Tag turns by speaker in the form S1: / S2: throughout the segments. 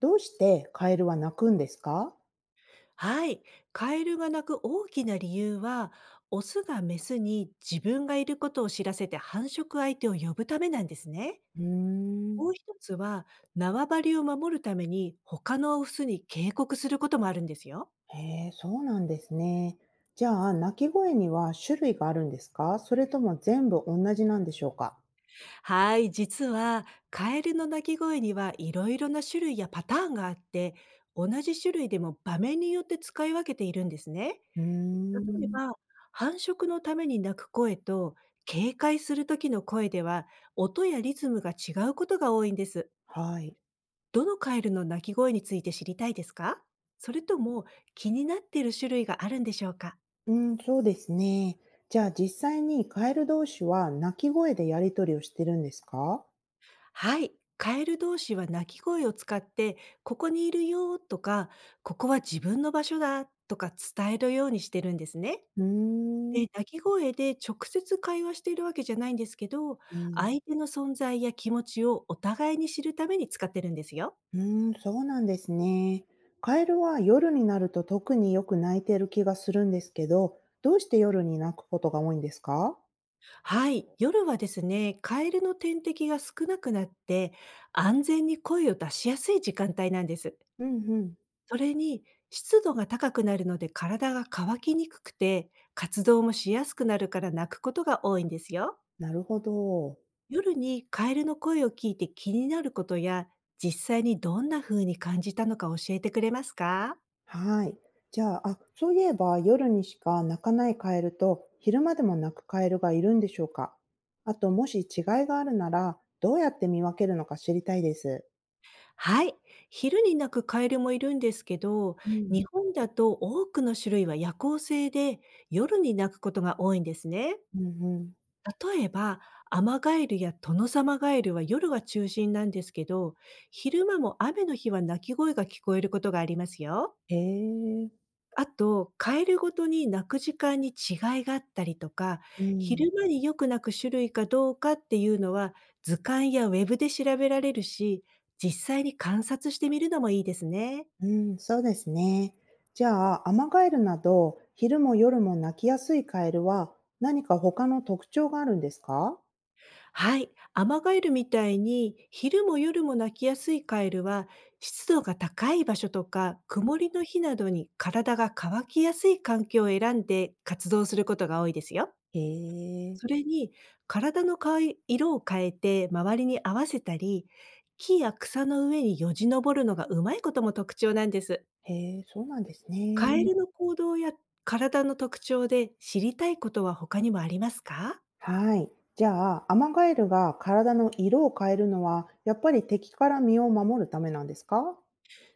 S1: どうしてカエルは鳴くんですか？
S2: はい。カエルが鳴く大きな理由は、オスがメスに自分がいることを知らせて繁殖相手を呼ぶためなんですね。
S1: うーん。
S2: もう一つは、縄張りを守るために他のオスに警告することもあるんですよ。
S1: へえ、そうなんですね。じゃあ、鳴き声には種類があるんですか、それとも全部同じなんでしょうか？
S2: はい。実は、カエルの鳴き声にはいろいろな種類やパターンがあって、同じ種類でも場面によって使い分けているんですね。
S1: うー
S2: 例え
S1: ん。
S2: ば、繁殖のために鳴く声と、警戒する時の声では、音やリズムが違うことが多いんです。
S1: はい。
S2: どのカエルの鳴き声について知りたいですか？それとも気になっている種類があるんでしょうか？
S1: うん、そうですね。じゃあ、実際にカエル同士は鳴き声でやりとりをしてるんですか？
S2: はい。カエル同士は鳴き声を使って、ここにいるよとか、ここは自分の場所だとか伝えるようにしてるんですね。
S1: うーん。
S2: で、鳴き声で直接会話しているわけじゃないんですけど、
S1: うん、
S2: 相手の存在や気持ちをお互いに知るために使ってるんですよ。
S1: うーん、そうなんですね。カエルは夜になると特によく鳴いてる気がするんですけど、どうして夜に鳴くことが多いんですか？
S2: はい、夜はですね、カエルの天敵が少なくなって、安全に声を出しやすい時間帯なんです。
S1: うんうん。
S2: それに、湿度が高くなるので体が乾きにくくて、活動もしやすくなるから鳴くことが多いんですよ。
S1: なるほど。
S2: 夜にカエルの声を聞いて気になることや、実際にどんな風に感じたのか教えてくれますか？
S1: はい。じゃあ、あ、そういえば夜にしか鳴かないカエルと昼間でも鳴くカエルがいるんでしょうか？あと、もし違いがあるなら、どうやって見分けるのか知りたいです。
S2: はい。昼に鳴くカエルもいるんですけど、
S1: うん。
S2: 日本だと多くの種類は夜行性で、夜に鳴くことが多いんですね。
S1: うんうん。
S2: 例えば、アマガエルやトノサマガエルは夜が中心なんですけど、昼間も雨の日は鳴き声が聞こえることがありますよ。
S1: へえ。
S2: あと、カエルごとに鳴く時間に違いがあったりとか、
S1: うん。
S2: 昼間によく鳴く種類かどうかっていうのは、図鑑やウェブで調べられるし、実際に観察してみるのもいいですね。
S1: うん、そうですね。じゃあ、アマガエルなど、昼も夜も鳴きやすいカエルは何か他の特徴があるんですか？
S2: はい。アマガエルみたいに、昼も夜も鳴きやすいカエルは、湿度が高い場所とか、曇りの日などに体が乾きやすい環境を選んで活動することが多いですよ。
S1: へえ。
S2: それに、体のかい色を変えて周りに合わせたり、木や草の上によじ登るのがうまいことも特徴なんです。
S1: へえ、そうなんですね。
S2: カエルの行動や体の特徴で知りたいことは他にもありますか？
S1: はい。じゃあ、アマガエルが体の色を変えるのは、やっぱり敵から身を守るためなんですか？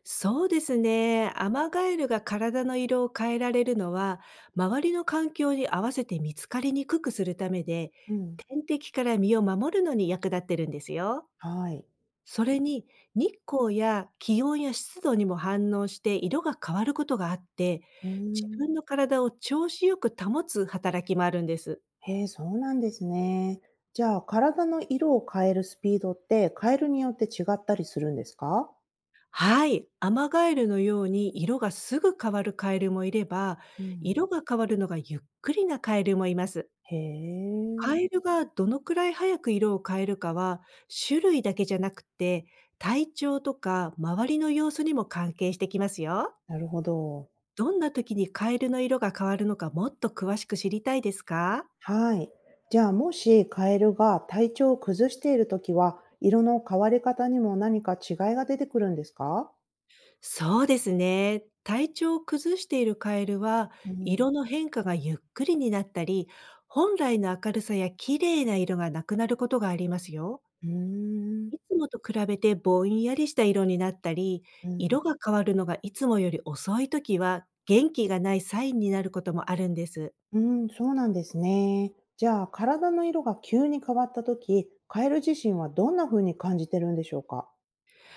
S2: そうですね。アマガエルが体の色を変えられるのは、周りの環境に合わせて見つかりにくくするためで、
S1: うん、
S2: 天敵から身を守るのに役立ってるんですよ。
S1: はい。
S2: それに、日光や気温や湿度にも反応して色が変わることがあって、
S1: うー
S2: 自
S1: ん。
S2: 分の体を調子よく保つ働きもあるんです。
S1: へえ、そうなんですね。じゃあ、体の色を変えるスピードって、カエルによって違ったりするんですか？
S2: はい。アマガエルのように色がすぐ変わるカエルもいれば、
S1: うん、
S2: 色が変わるのがゆっくりなカエルもいます。
S1: へえ、
S2: カエルがどのくらい早く色を変えるかは、種類だけじゃなくて、体調とか周りの様子にも関係してきますよ。
S1: なるほど。
S2: どんな時にカエルの色が変わるのかもっと詳しく知りたいですか？
S1: はい。じゃあ、もしカエルが体調を崩しているときは、色の変わり方にも何か違いが出てくるんですか？
S2: そうですね。体調を崩しているカエルは、
S1: うん、
S2: 色の変化がゆっくりになったり、本来の明るさや綺麗な色がなくなることがありますよ。
S1: うーん。
S2: いつもと比べてぼんやりした色になったり、
S1: うん
S2: 色が変わるのがいつもより遅い時は、元気がないサインになることもあるんです。
S1: うん、そうなんですね。じゃあ、体の色が急に変わったとき、カエル自身はどんな風に感じてるんでしょうか？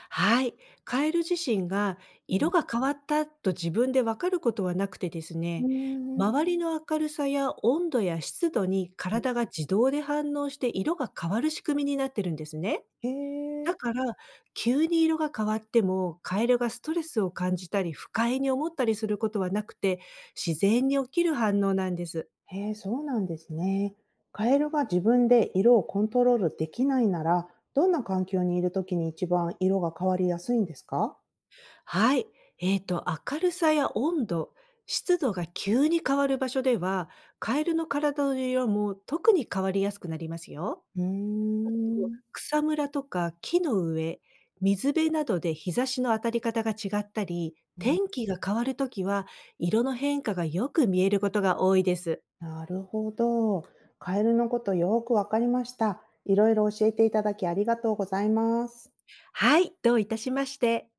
S2: はい。カエル自身が
S1: う
S2: 色
S1: ん。
S2: が変わったと自分でわかることはなくてです
S1: うー
S2: ね、
S1: ん。
S2: 周りの明るさや温度や湿度に体が自動で反応して色が変わる仕組みになってるんですね。
S1: へ
S2: だ
S1: え。
S2: から、急に色が変わっても、カエルがストレスを感じたり、不快に思ったりすることはなくて、自然に起きる反応なんです。
S1: へえ、そうなんですね。カエルが自分で色をコントロールできないなら、どんな環境にいるときに一番色が変わりやすいんですか？
S2: はい。えっ、と、明るさや温度、湿度が急に変わる場所では、カエルの体の色も特に変わりやすくなりますよ。
S1: うーん。
S2: 草むらとか木の上、水辺などで日差しの当たり方が違ったり、
S1: うん、
S2: 天気が変わるときは、色の変化がよく見えることが多いです。
S1: なるほど。カエルのことよくわかりました。いろいろ教えていただきありがとうございます。
S2: はい、どういたしまして。